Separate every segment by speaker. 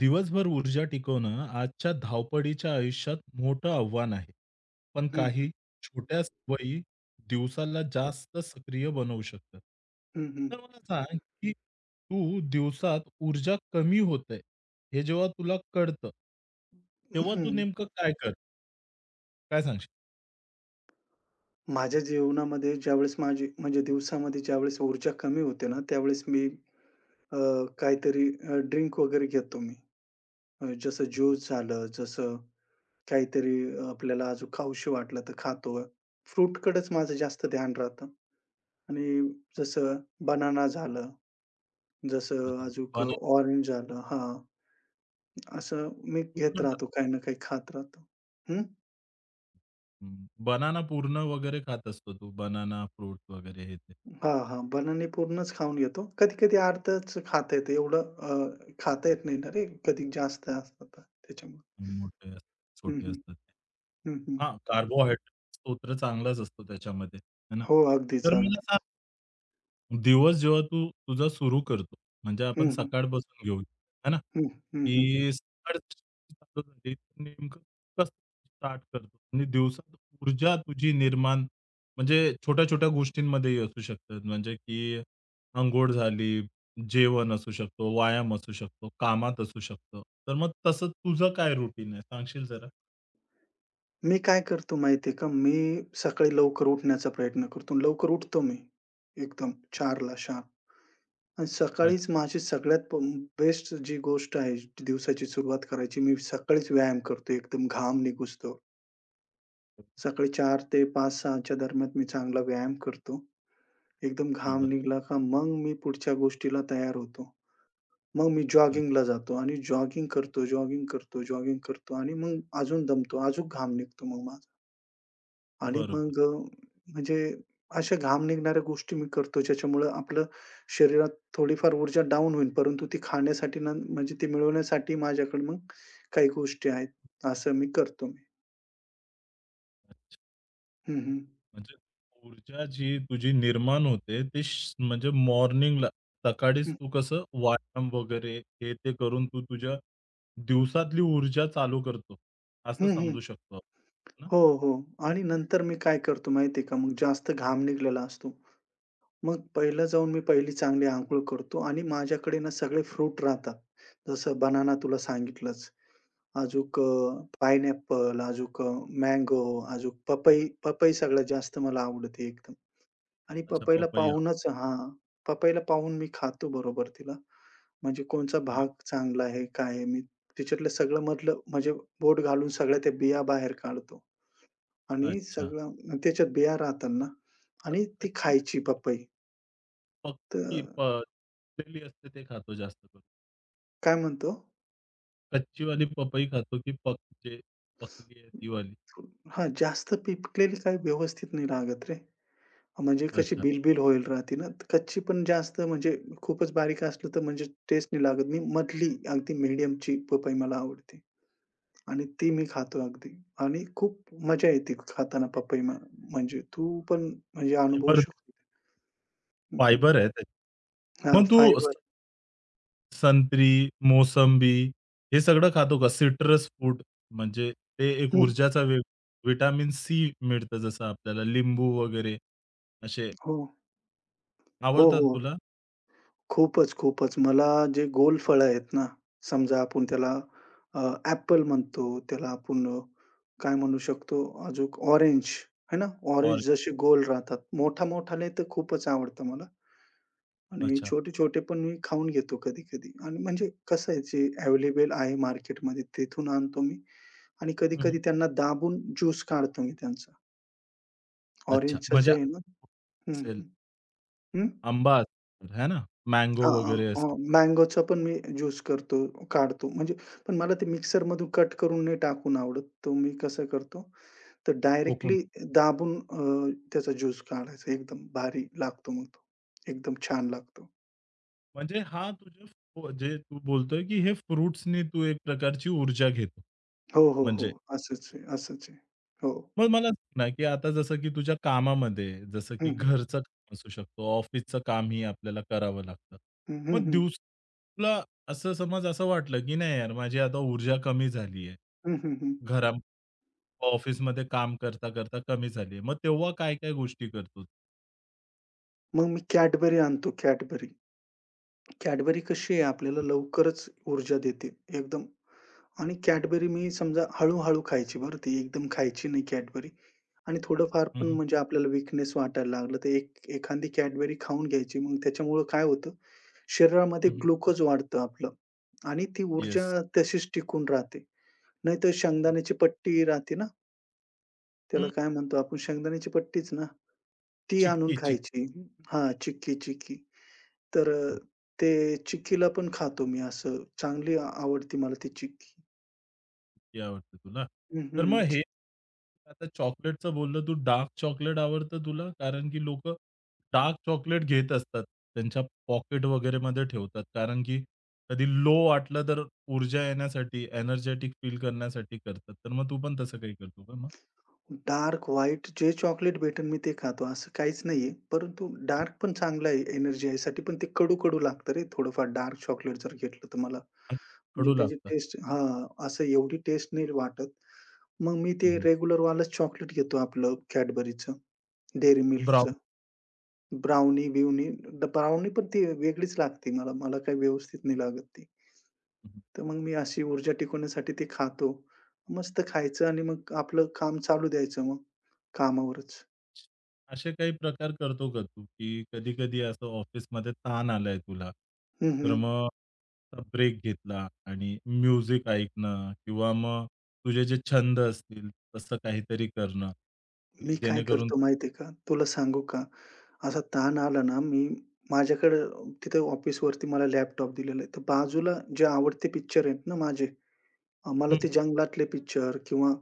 Speaker 1: दिवसभर ऊर्जा टिकवणं आजच्या धावपळीच्या आयुष्यात मोठं आव्हान आहे. पण
Speaker 2: हं,
Speaker 1: काही
Speaker 2: हं.
Speaker 1: छोट्या सवयी दिवसाला जास्त सक्रिय बनवू शकतात.
Speaker 2: हं, हं.
Speaker 1: तर मला सांग, की तू दिवसात ऊर्जा कमी होते, हे जेव्हा तुला कळतं तेव्हा तू
Speaker 2: हं.
Speaker 1: नेमकं काय करते? काय सांगशील?
Speaker 2: माझ्या जीवनामध्ये ज्यावेळेस माझी म्हणजे दिवसामध्ये ज्यावेळेस ऊर्जा कमी होते ना, त्यावेळेस मी अ, काहीतरी ड्रिंक वगैरे घेतो मी. जसं
Speaker 1: अच्छा,
Speaker 2: ज्यूस झालं, जसं काहीतरी आपल्याला अजून खाऊशी वाटलं तर खातो. फ्रूटकडेच माझं जास्त ध्यान राहतं आणि जसं बनाना झालं, जसं
Speaker 1: अच्छा.
Speaker 2: अजून
Speaker 1: बनाना
Speaker 2: ऑरेंज झालं हां, असं मी घेत
Speaker 1: पूर्ण खात
Speaker 2: राहतो, काही ना काही खात राहतो.
Speaker 1: हं. बनाना पूर्ण वगैरे खात असतो तू? बनाना, फ्रूट वगैरे हे ते
Speaker 2: हां, हां. बनाने पूर्णच खाऊन घेतो. कधी-कधी अर्धच खाता येतं. एवढं अ, खाता येत नाही ना रे, कधी जास्त असतं तर त्याच्यामुळे.
Speaker 1: मोठे,
Speaker 2: हं,
Speaker 1: छोटे
Speaker 2: हं.
Speaker 1: असतात ते.
Speaker 2: हं, हं.
Speaker 1: हां, कार्बोहायड्रेट स्तोत्र चांगलाच असतो त्याच्यामध्ये, है ना?
Speaker 2: हो, अगदीच,
Speaker 1: तर मला
Speaker 2: अगदीच.
Speaker 1: सांग दिवस जेव्हा तू तुझा सुरू करतो, म्हणजे आपण
Speaker 2: हं, हं.
Speaker 1: सकाळपासून घेऊ, है ना?
Speaker 2: हं, हं, हं.
Speaker 1: की सकाळ चालू झाली तर नेमकं कसं स्टार्ट करतो आणि दिवसात ऊर्जा तुझी निर्माण म्हणजे छोट्या-छोट्या गोष्टींमध्येही असू शकतात. म्हणजे की अंघोळ झाली, जेवण असू शकतो, व्यायाम असू शकतो, कामात असू शकतो. तर मग तसं तुझं काय रुटीन आहे? सांगशील जरा?
Speaker 2: मी काय करतो माहिती आहे का? मी सकाळी लवकर उठण्याचा प्रयत्न करतो. लवकर उठतो मी एकदम 4:00ला शार्प. आणि
Speaker 1: अच्छा,
Speaker 2: सकाळीच माझी सगळ्यात बेस्ट जी गोष्ट आहे दिवसाची सुरुवात करायची, मी सकाळीच व्यायाम करतो. एकदम घाम निघुसतो. सकाळी 4 ते 5-6 च्या दरम्यान मी चांगला व्यायाम करतो. एकदम घाम
Speaker 1: बरोबर.
Speaker 2: निघाला का मग मी पुढच्या गोष्टीला तयार होतो. मग मी
Speaker 1: अच्छा,
Speaker 2: जॉगिंगला जातो आणि जॉगिंग करतो, जॉगिंग करतो, जॉगिंग करतो आणि मग अजून दमतो, अजून घाम निघतो मग माझा आणि
Speaker 1: बरोबर.
Speaker 2: मग म्हणजे अशा घाम निघणाऱ्या गोष्टी मी करतो ज्याच्यामुळं आपलं शरीरात थोडीफार ऊर्जा डाउन होईल, परंतु ती खाण्यासाठी ना म्हणजे ती मिळवण्यासाठी माझ्याकडे मग काही गोष्टी आहेत. असं मी करतो मी.
Speaker 1: अच्छा.
Speaker 2: हं, हं.
Speaker 1: म्हणजे ऊर्जा जी तुझी निर्माण होते ते श म्हणजे मॉर्निंगला सकाळीच
Speaker 2: हं,
Speaker 1: तू कसं व्यायाम वगैरे हे ते करून तू तुझ्या दिवसातली ऊर्जा चालू करतो, असं
Speaker 2: हं, हं.
Speaker 1: समजू शकतो आपण ना?
Speaker 2: हो, हो.
Speaker 1: तर
Speaker 2: आणि नंतर मी काय करतो माहिती का, मग जास्त घाम निघालेला असतो. मग पहिलं जाऊन मी पहिली चांगली अंघोळ करतो आणि माझ्याकडे ना सगळे फ्रूट राहतात. जसं बनाना तुला सांगितलंच. अजूक पाइनएपल, अजूक मँगो, अजूक पपई पपई सगळ्यात जास्त मला आवडते एकदम आणि
Speaker 1: अच्छा
Speaker 2: पपईला
Speaker 1: पपैया.
Speaker 2: पाहूनच हां, पपईला पाहून मी खातो बरोबर तिला. म्हणजे कोणचा
Speaker 1: हां,
Speaker 2: भाग चांगला आहे, काय आहे? मी तिच्यातलं सगळं मधलं म्हणजे बोट घालून सगळ्या त्या बिया बाहेर काढतो आणि
Speaker 1: अच्छा.
Speaker 2: सगळं त्याच्यात बिया राहतात ना आणि ती
Speaker 1: कच्ची
Speaker 2: खायची पपई.
Speaker 1: पक्की
Speaker 2: तर
Speaker 1: पकलेली असते ते खातो जास्त करून.
Speaker 2: काय म्हणतो?
Speaker 1: कच्चीवाली पपई खातो की पक जे पकली आहे तीवाली?
Speaker 2: हां, जास्त पिकलेली काही व्यवस्थित नाही लागत रे. म्हणजे कशी
Speaker 1: अच्छा.
Speaker 2: बिल-बिल होईल राहते ना, कच्ची पण जास्त म्हणजे खूपच बारीक असलं तर म्हणजे टेस्ट नाही लागत. मी मधली अगदी मीडियमची पपई मला आवडते आणि ती मी खातो अगदी आणि खूप मजा येते खाताना पपई म्हणजे तू पण म्हणजे अनुभवू
Speaker 1: फायबर
Speaker 2: शकतो. हं, हं.
Speaker 1: फायबर आहे त्याच्यात.
Speaker 2: हां,
Speaker 1: मग तू
Speaker 2: फायबर.
Speaker 1: संत्री, मोसंबी हे सगळं खातो का? सिट्रस फ्रूट म्हणजे ते एक ऊर्जाचा वे व्हिटॅमिन सी मिळतं जसं आपल्याला लिंबू वगैरे असे
Speaker 2: हो. हो,
Speaker 1: आवडतात
Speaker 2: हो.
Speaker 1: तुला?
Speaker 2: खूपच, खूपच. मला जे गोल फळं आहेत ना, समजा आपण त्याला अ, ॲपल म्हणतो, त्याला आपण काय म्हणू शकतो अजूक ऑरेंज, है ना?
Speaker 1: और
Speaker 2: ऑरेंज जसे गोल राहतात. मोठा-मोठाले तर खूपच आवडतं मला आणि
Speaker 1: अच्छा.
Speaker 2: छोटे-छोटे पण मी खाऊन घेतो कधी-कधी आणि म्हणजे कसं आहे जे अवेलेबल आहे मार्केटमध्ये तिथून आणतो मी आणि
Speaker 1: हं,
Speaker 2: कधी-कधी
Speaker 1: हं.
Speaker 2: त्यांना दाबून ज्यूस काढतो मी त्यांचा.
Speaker 1: अच्छा.
Speaker 2: ऑरेंजचं
Speaker 1: म्हणजे
Speaker 2: जे आहे ना हं,
Speaker 1: असेल
Speaker 2: हं. हं?
Speaker 1: आंबा असेल है ना? मँगो
Speaker 2: हां, हां,
Speaker 1: वगैरे
Speaker 2: हां.
Speaker 1: असेल
Speaker 2: मँगोचा पण मी ज्यूस करतो, काढतो. म्हणजे पण मला ते मिक्सरमधून कट करून नाही टाकून आवडत. तो मी कसं करतो, तर
Speaker 1: कोकून.
Speaker 2: डायरेक्टली दाबून त्याचा ज्यूस काढायचा. एकदम भारी लागतो मग तो. एकदम छान लागतो.
Speaker 1: म्हणजे हा तुझ्या फ जे तू बोलतोय की हे फ्रुट्सनी तू एक प्रकारची ऊर्जा घेतो.
Speaker 2: हो, हो, हो.
Speaker 1: म्हणजे
Speaker 2: असंच आहे, असंच आहे. हो.
Speaker 1: मग मला सांग ना, की आता जसं की तुझ्या कामामध्ये, जसं
Speaker 2: हं,
Speaker 1: की
Speaker 2: हं.
Speaker 1: घरचं काम असू शकतो, ऑफिसचं कामही आपल्याला करावं लागतं.
Speaker 2: हं, हं,
Speaker 1: मग
Speaker 2: हं.
Speaker 1: दिवस तुला असं समज असं वाटलं, की नाही यार माझी आता ऊर्जा कमी झाली आहे.
Speaker 2: हं, हं, हं.
Speaker 1: घरा ऑफिसमध्ये काम करता-करता कमी झाली आहे. मग तेव्हा काय-काय गोष्टी करतो?
Speaker 2: मग मी Cadbury आणतो Cadbury. Cadbury कशी आहे आपल्याला लवकरच ऊर्जा देते एकदम आणि Cadbury मी समजा हळू-हळू खायची बरं ती एकदम खायची नाही Cadbury. आणि थोडंफार
Speaker 1: हं,
Speaker 2: पण
Speaker 1: हं.
Speaker 2: म्हणजे आपल्याला वीकनेस वाटायला लागलं, तर एक एखादी Cadbury खाऊन घ्यायची. मग त्याच्यामुळं काय होतं, शरीरामध्ये
Speaker 1: हं, हं.
Speaker 2: ग्लुकोज वाढतं आपलं आणि ती ऊर्जा
Speaker 1: येस.
Speaker 2: तशीच टिकून राहते. नाहीतर शेंगदाण्याची पट्टी राहते ना, त्याला
Speaker 1: हं,
Speaker 2: काय म्हणतो आपण शेंगदाण्याची पट्टीच ना, ती आणून
Speaker 1: चिक्की, चिक्की.
Speaker 2: खायची. हां, चिक्की, चिक्की. तर ते चिक्कीला पण खातो मी असं. चांगली आवडते मला ती चिक्की.
Speaker 1: ती आवडते तुला.
Speaker 2: हं,
Speaker 1: तर मग
Speaker 2: हं.
Speaker 1: हे आता चॉकलेटचं बोललं तू डार्क चॉकलेट आवडतं तुला? कारण की लोकं डार्क चॉकलेट घेत असतात. त्यांच्या पॉकेट वगैरेमध्ये ठेवतात. कारण की कधी लो वाटलं तर ऊर्जा येण्यासाठी, एनर्जेटिक फील करण्यासाठी करतात. तर मग तू पण तसं काही करतो का मग?
Speaker 2: डार्क व्हाईट जे चॉकलेट भेटेल मी ते खातो, असं काहीच नाहीये. परंतु डार्क पण चांगलं आहे एनर्जासाठी, पण ते कडू-कडू लागतं रे थोडंफार डार्क चॉकलेट जर घेतलं तर मला. म्हणजे
Speaker 1: कडू
Speaker 2: त्याची
Speaker 1: लागतं.
Speaker 2: टेस्ट हां, असं एवढी टेस्ट नाही वाटत. मग मी ते
Speaker 1: हं,
Speaker 2: रेग्युलरवालंच चॉकलेट घेतो आपलं Cadburyचं, Dairy Milkचं. ब्राउनी-बिउनी ब्राउनी पण ती वेगळीच लागते मला. मला काही व्यवस्थित नाही लागत ती. तर मग मी अशी ऊर्जा टिकवण्यासाठी ते खातो. मस्त खायचं आणि मग आपलं काम चालू द्यायचं मग कामावरच.
Speaker 1: असे काही प्रकार करतो का तू, की कधी-कधी असं ऑफिसमध्ये ताण आलाय तुला,
Speaker 2: हं,
Speaker 1: तर
Speaker 2: हं.
Speaker 1: मग ब्रेक घेतला आणि म्युझिक ऐकणं किंवा मग तुझे जे छंद असतील तसं काहीतरी करणं,
Speaker 2: मी
Speaker 1: की
Speaker 2: काय
Speaker 1: जेणेकरून
Speaker 2: करतो माहिती आहे का? तुला सांगू का? असा ताण आला ना, मी माझ्याकडं तिथं ऑफिसवरती मला लॅपटॉप दिलेला आहे. तर बाजूला जे आवडते पिक्चर आहेत ना माझे, मला
Speaker 1: हं,
Speaker 2: ते जंगलातले पिक्चर किंवा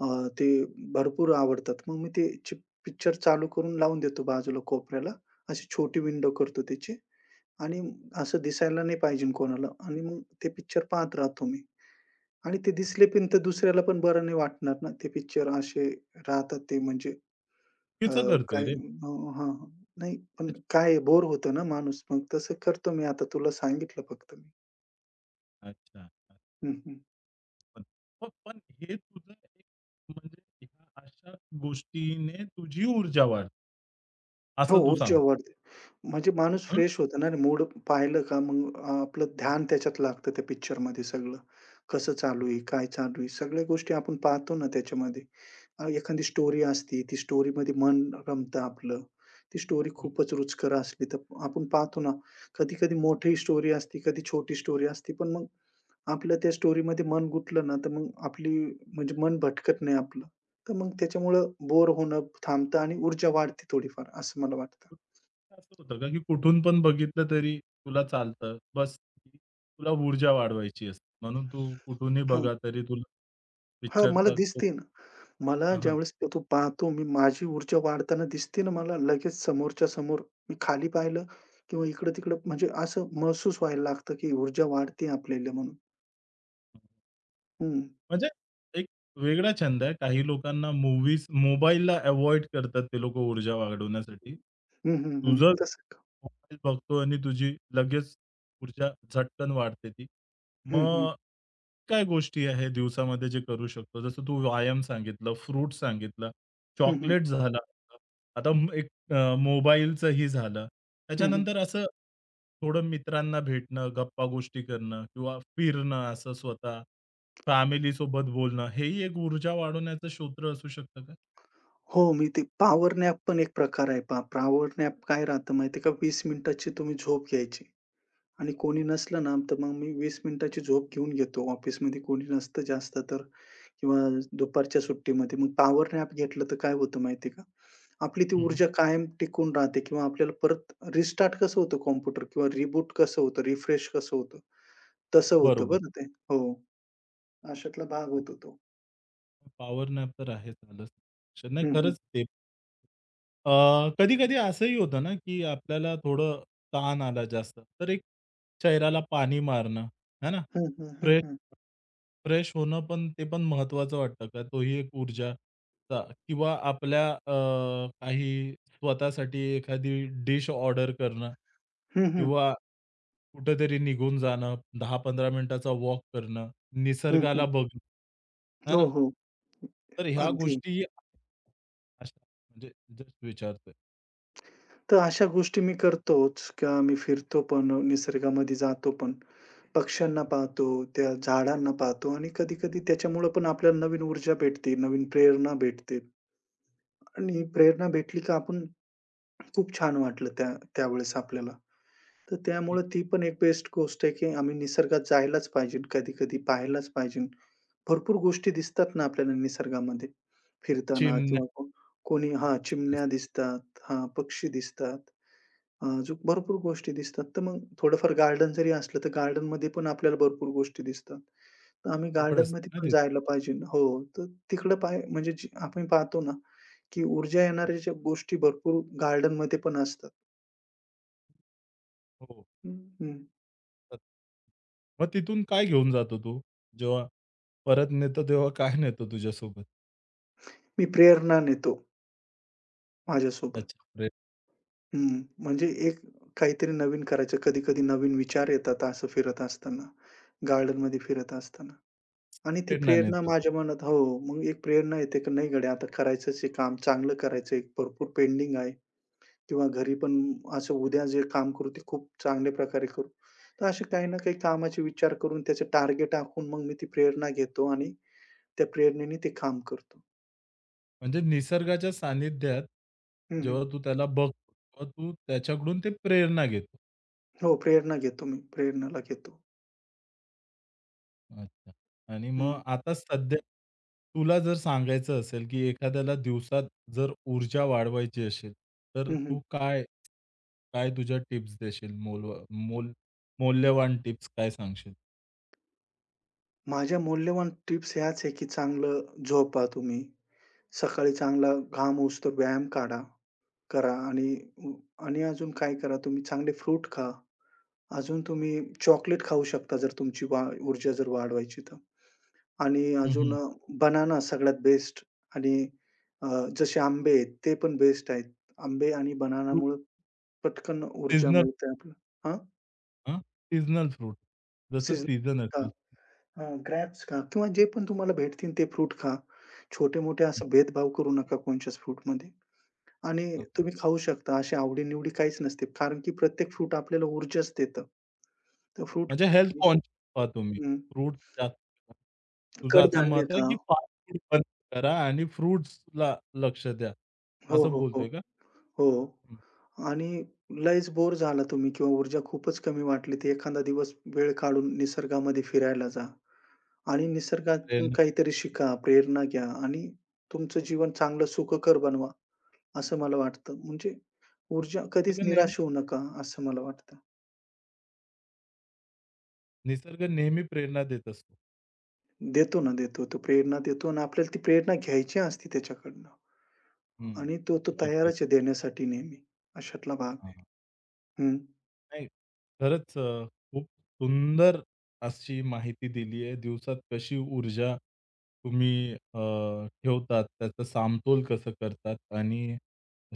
Speaker 2: अ, ते भरपूर आवडतात. मग मी ते पिक्चर चालू करून लावून देतो बाजूला कोपऱ्याला. अशी छोटी विंडो करतो त्याची आणि असं दिसायला नाही पाहिजे कोणाला आणि मग ते पिक्चर पाहत राहतो मी आणि ते दिसले पण तर दुसऱ्याला पण बरं नाही वाटणार ना. ते पिक्चर असे राहतात ते म्हणजे अ,
Speaker 1: चुकीचं करतोय रे.
Speaker 2: हां, नाही, पण काय बोर होतो ना माणूस. मग तसं करतो मी आता तुला सांगितलं फक्त मी.
Speaker 1: अच्छा.
Speaker 2: हं, हं.
Speaker 1: पण मग पण हे तुझं एक म्हणजे ह्या अशा गोष्टीने तुझी ऊर्जा वाढते,
Speaker 2: हो,
Speaker 1: असं तू
Speaker 2: ऊर्जा
Speaker 1: सांग.
Speaker 2: वाढते. म्हणजे माणूस
Speaker 1: हं.
Speaker 2: फ्रेश होतो ना आणि मूड पाहिलं का मग आपलं ध्यान त्याच्यात लागतं त्या पिक्चरमध्ये सगळं. कसं चालू आहे, काय चालू आहे, सगळ्या गोष्टी आपण पाहतो ना त्याच्यामध्ये. एखादी स्टोरी असते, ती स्टोरीमध्ये मन रमतं आपलं. ती स्टोरी खूपच रुचकर असली तर आपण पाहतो ना, कधी-कधी मोठी स्टोरी असते, कधी छोटी स्टोरी असते. पण मग आपलं त्या स्टोरीमध्ये मन गुंतलं ना, तर मग आपली म्हणजे मन भटकत नाही आपलं. तर मग त्याच्यामुळं बोर होणं थांबतं आणि ऊर्जा वाढते थोडीफार असं मला वाटतं.
Speaker 1: असं होतं का, की कुठून पण बघितलं तरी तुला चालतं. बस तुला ऊर्जा वाढवायची असते. म्हणून तू कुठूनही
Speaker 2: हां.
Speaker 1: बघा तरी तुला
Speaker 2: हां, मला
Speaker 1: पिक्चरचा तो
Speaker 2: दिसते ना. मला
Speaker 1: हां, हां.
Speaker 2: ज्यावेळेस तो पाहतो मी माझी ऊर्जा वाढताना दिसते ना मला लगेच समोरच्या समोर मी खाली पाहिलं किंवा इकडं-तिकडं म्हणजे असं महसूस व्हायला लागतं, की ऊर्जा वाढते आपल्याला म्हणून. हं.
Speaker 1: म्हणजे एक वेगळा छंद आहे. काही लोकांना मूव्हीज, मोबाईलला अव्हॉइड करतात ते लोकं ऊर्जा वाढवण्यासाठी.
Speaker 2: हं, हं, हं.
Speaker 1: तुझं
Speaker 2: तसं
Speaker 1: मोबाईल बघतो आणि तुझी लगेच ऊर्जा झटकन वाढते ती.
Speaker 2: हं, हं.
Speaker 1: मग काय गोष्टी आहे दिवसामध्ये जे करू शकतो? जसं तू व्यायाम सांगितलं, फ्रूट सांगितला,
Speaker 2: हं, हं.
Speaker 1: चॉकलेट झाला. आता मोबाईलचंही झालं.
Speaker 2: हं, हं.
Speaker 1: त्याच्यानंतर असं थोडं मित्रांना भेटणं, गप्पा-गोष्टी करणं किंवा फिरणं असं स्वतः, फॅमिलीसोबत बोलणं, हेही एक ऊर्जा वाढवण्याचं सूत्र असू शकतं का?
Speaker 2: हो, मी ते पॉवर नॅप पण एक प्रकार आहे पहा. पॉवर नॅप काय राहतं माहिती आहे का 20 मिनिटाची तुम्ही झोप घ्यायची आणि कोणी नसलं ना, तर मग मी 20 मिनिटाची झोप घेऊन घेतो. ऑफिसमध्ये कोणी नसतं जास्त तर किंवा दुपारच्या सुट्टीमध्ये. मग पॉवर नॅप घेतलं तर काय होतं माहिती का, आपली ती
Speaker 1: हं, हं.
Speaker 2: ऊर्जा कायम टिकून राहते किंवा आपल्याला परत रिस्टार्ट कसं होतं कॉम्प्युटर किंवा रिबूट कसं होतं, रिफ्रेश कसं होतं, तसं होतं
Speaker 1: बरोबर.
Speaker 2: बरं ते. हो, अशातला भाग होतो तो.
Speaker 1: पॉवर नॅप तर आहेच आलंच. लक्षात. नाही
Speaker 2: हं, हं.
Speaker 1: खरंच ते अ, कधी-कधी असंही होतं ना, की आपल्याला थोडं ताण आला जास्त, तर एक चेहऱ्याला पाणी मारणं, है ना?
Speaker 2: हं, हं, हं,
Speaker 1: फ्रेश
Speaker 2: हं.
Speaker 1: फ्रेश होणं पण ते पण महत्त्वाचं वाटतं का? तोही एक ऊर्जाचा किंवा आपल्या अ, काही स्वतःसाठी एखादी डिश ऑर्डर करणं
Speaker 2: हं, हं.
Speaker 1: किंवा कुठेतरी निघून जाणं, 10 15 मिनिटाचा वॉक करणं, निसर्गाला बघणं, है
Speaker 2: हो,
Speaker 1: ना?
Speaker 2: हो.
Speaker 1: तर ह्या
Speaker 2: अगदी.
Speaker 1: गोष्टी अशा म्हणजे जस्ट विचारतोय.
Speaker 2: तर अशा गोष्टी मी करतोच किंवा मी फिरतो पण, निसर्गामध्ये जातो पण. पक्ष्यांना पाहतो, त्या झाडांना पाहतो आणि कधी-कधी त्याच्यामुळं पण आपल्याला नवीन ऊर्जा भेटते, नवीन प्रेरणा भेटते आणि प्रेरणा भेटली का आपण खूप छान वाटलं त्या त्यावेळेस आपल्याला. तर
Speaker 1: हं.
Speaker 2: त्यामुळं ती पण एक बेस्ट गोष्ट आहे, की आम्ही निसर्गात जायलाच पाहिजे, कधी-कधी पाहायलाच पाहिजे. भरपूर गोष्टी दिसतात ना आपल्याला निसर्गामध्ये फिरताना
Speaker 1: चिमण्या
Speaker 2: किंवा कोणी हां, चिमण्या दिसतात, हां, पक्षी दिसतात. अजून भरपूर गोष्टी दिसतात. तर मग थोडंफार गार्डन जरी असलं, तर गार्डनमध्ये पण आपल्याला भरपूर गोष्टी दिसतात. तर आम्ही
Speaker 1: जवळ असते
Speaker 2: गार्डनमध्ये
Speaker 1: ना
Speaker 2: पण
Speaker 1: ते.
Speaker 2: जायला पाहिजे हो, तर तिकडं म्हणजे जी आपण पाहतो ना, की ऊर्जा येणाऱ्या ज्या गोष्टी भरपूर गार्डनमध्ये पण असतात.
Speaker 1: हो.
Speaker 2: हं,
Speaker 1: तर मग तिथून काय घेऊन जातो तू जेव्हा परत नेतो तेव्हा काय नेतो तुझ्यासोबत?
Speaker 2: मी प्रेरणा नेतो माझ्यासोबत.
Speaker 1: अच्छा, प्रेरणा
Speaker 2: हं, म्हणजे एक काहीतरी नवीन करायचं. कधी-कधी नवीन विचार येतात असं फिरत असताना, गार्डनमध्ये फिरत असताना आणि ती
Speaker 1: प्रेरणा
Speaker 2: प्रेरणा
Speaker 1: नेतो तो.
Speaker 2: माझ्या मनात हो, मग एक प्रेरणा येते, की नाही गड्या आता करायचंच आहे काम, चांगलं करायचं भरपूर पेंडिंग आहे किंवा घरी पण असं उद्या जे काम करू ते खूप चांगल्या प्रकारे करू. तर असे काही ना काही कामाचे विचार करून त्याचे टार्गेट आखून मग मी ती प्रेरणा घेतो आणि त्या प्रेरणेने ते काम करतो.
Speaker 1: म्हणजे निसर्गाच्या सानिध्यात
Speaker 2: हं, हं.
Speaker 1: जेव्हा तू त्याला बघतो, तेव्हा तू त्याच्याकडून ते प्रेरणा घेतो.
Speaker 2: हो, प्रेरणा घेतो मी. प्रेरणाला घेतो.
Speaker 1: अच्छा आणि मग आता सध्या तुला जर सांगायचं असेल, की एखाद्याला दिवसात जर ऊर्जा वाढवायची असेल, तर
Speaker 2: हं, हं.
Speaker 1: तू काय काय तुझ्या टिप्स देशील? मोलवा मोल मौल्यवान टिप्स काय सांगशील?
Speaker 2: माझ्या मौल्यवान टिप्स ह्याच आहे, की चांगलं झोपा तुम्ही. सकाळी चांगला घाम उठतो व्यायाम करा आणि आणि अजून काय करा तुम्ही चांगले फ्रूट खा. अजून तुम्ही चॉकलेट खाऊ शकता जर तुमची ऊर्जा जर वाढवायची तर. आणि
Speaker 1: हं,
Speaker 2: अजून
Speaker 1: हं.
Speaker 2: बनाना सगळ्यात बेस्ट आणि अ, जसे आंबे आहेत ते पण बेस्ट आहेत. आंबे आणि
Speaker 1: फ्रूट
Speaker 2: बनानामुळं पटकन ऊर्जा
Speaker 1: सीझनल
Speaker 2: मिळते आपल्याला. हां?
Speaker 1: हां, सीझनल फ्रूट. जसं सीझन
Speaker 2: सीजनल
Speaker 1: असेल.
Speaker 2: हां, ग्रॅप्स खा किंवा जे पण तुम्हाला भेटतील ते फ्रूट खा. छोटे-मोठे
Speaker 1: हं,
Speaker 2: असा
Speaker 1: हं.
Speaker 2: भेदभाव करू नका कोणच्याच फ्रूटमध्ये आणि तुम्ही खाऊ शकता. अशी आवडी-निवडी काहीच नसते. कारण की प्रत्येक फ्रूट आपल्याला ऊर्जाच देतं. तर फ्रूट
Speaker 1: म्हणजे हेल्थ कॉन्शियस आहात तुम्ही.
Speaker 2: हं,
Speaker 1: फ्रुट्स जास्त खा. तुझं असं
Speaker 2: कडधान्य
Speaker 1: मत आहे,
Speaker 2: खा.
Speaker 1: की फास्ट फूड बंद करा आणि फ्रुट्सला लक्ष द्या.
Speaker 2: हो,
Speaker 1: असं
Speaker 2: हो, हो.
Speaker 1: बोलतोय का?
Speaker 2: हो.
Speaker 1: हं.
Speaker 2: आणि लयच बोर झाला तुम्ही किंवा ऊर्जा खूपच कमी वाटली, तर एखादा दिवस वेळ काढून निसर्गामध्ये फिरायला जा आणि निसर्गातून
Speaker 1: प्रेरणा
Speaker 2: काहीतरी शिका, प्रेरणा घ्या आणि तुमचं जीवन चांगलं सुखकर बनवा. असं मला वाटतं. म्हणजे ऊर्जा कधीच
Speaker 1: निसर्ग नेहमी
Speaker 2: निराश होऊ नका, असं मला वाटतं.
Speaker 1: निसर्ग नेहमी प्रेरणा देत असतो.
Speaker 2: देतो ना, देतो. तो प्रेरणा देतो आणि आपल्याला ती प्रेरणा घ्यायची असते त्याच्याकडनं
Speaker 1: हं.
Speaker 2: आणि तो तो
Speaker 1: अगदी.
Speaker 2: तयारच आहे देण्यासाठी नेहमी. अशातला भाग आहे.
Speaker 1: हां.
Speaker 2: हं,
Speaker 1: नाही. खरंच, खूप सुंदर अशी माहिती दिली आहे. दिवसात कशी ऊर्जा तुम्ही ठेवतात, त्याचा समतोल कसं करतात आणि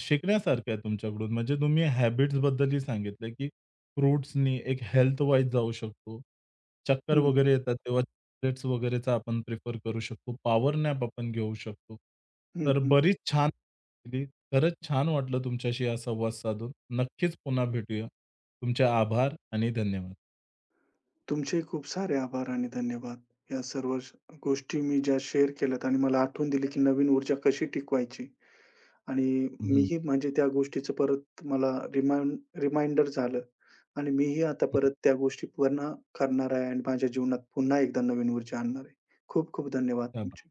Speaker 1: शिकण्यासारखं आहे तुमच्याकडून. म्हणजे तुम्ही हॅबिट्सबद्दलही सांगितलं, की फ्रुट्सनी एक हेल्थवाईज जाऊ शकतो. चक्कर
Speaker 2: हं,
Speaker 1: वगैरे येतात तेव्हा चॉकलेट्स वगैरेचा आपण प्रिफर करू शकतो. पॉवर नॅप आपण घेऊ शकतो.
Speaker 2: हं,
Speaker 1: तर
Speaker 2: हं.
Speaker 1: बरीच छान खरंच छान वाटलं तुमच्याशी हा संवाद साधून. नक्कीच पुन्हा भेटूया. तुमचे आभार आणि धन्यवाद.
Speaker 2: तुमचेही खूप सारे आभार आणि धन्यवाद. या सर्व गोष्टी मी ज्या शेअर केल्यात आणि मला आठवून दिली, की नवीन ऊर्जा कशी टिकवायची. आणि
Speaker 1: हं, हं.
Speaker 2: मीही म्हणजे त्या गोष्टीचं परत मला रिमाइंडर झालं आणि मीही आता परत त्या गोष्टी पूर्ण करणार आहे आणि माझ्या जीवनात पुन्हा एकदा नवीन ऊर्जा आणणार आहे. खूप खूप धन्यवाद
Speaker 1: आभार.
Speaker 2: तुमचे.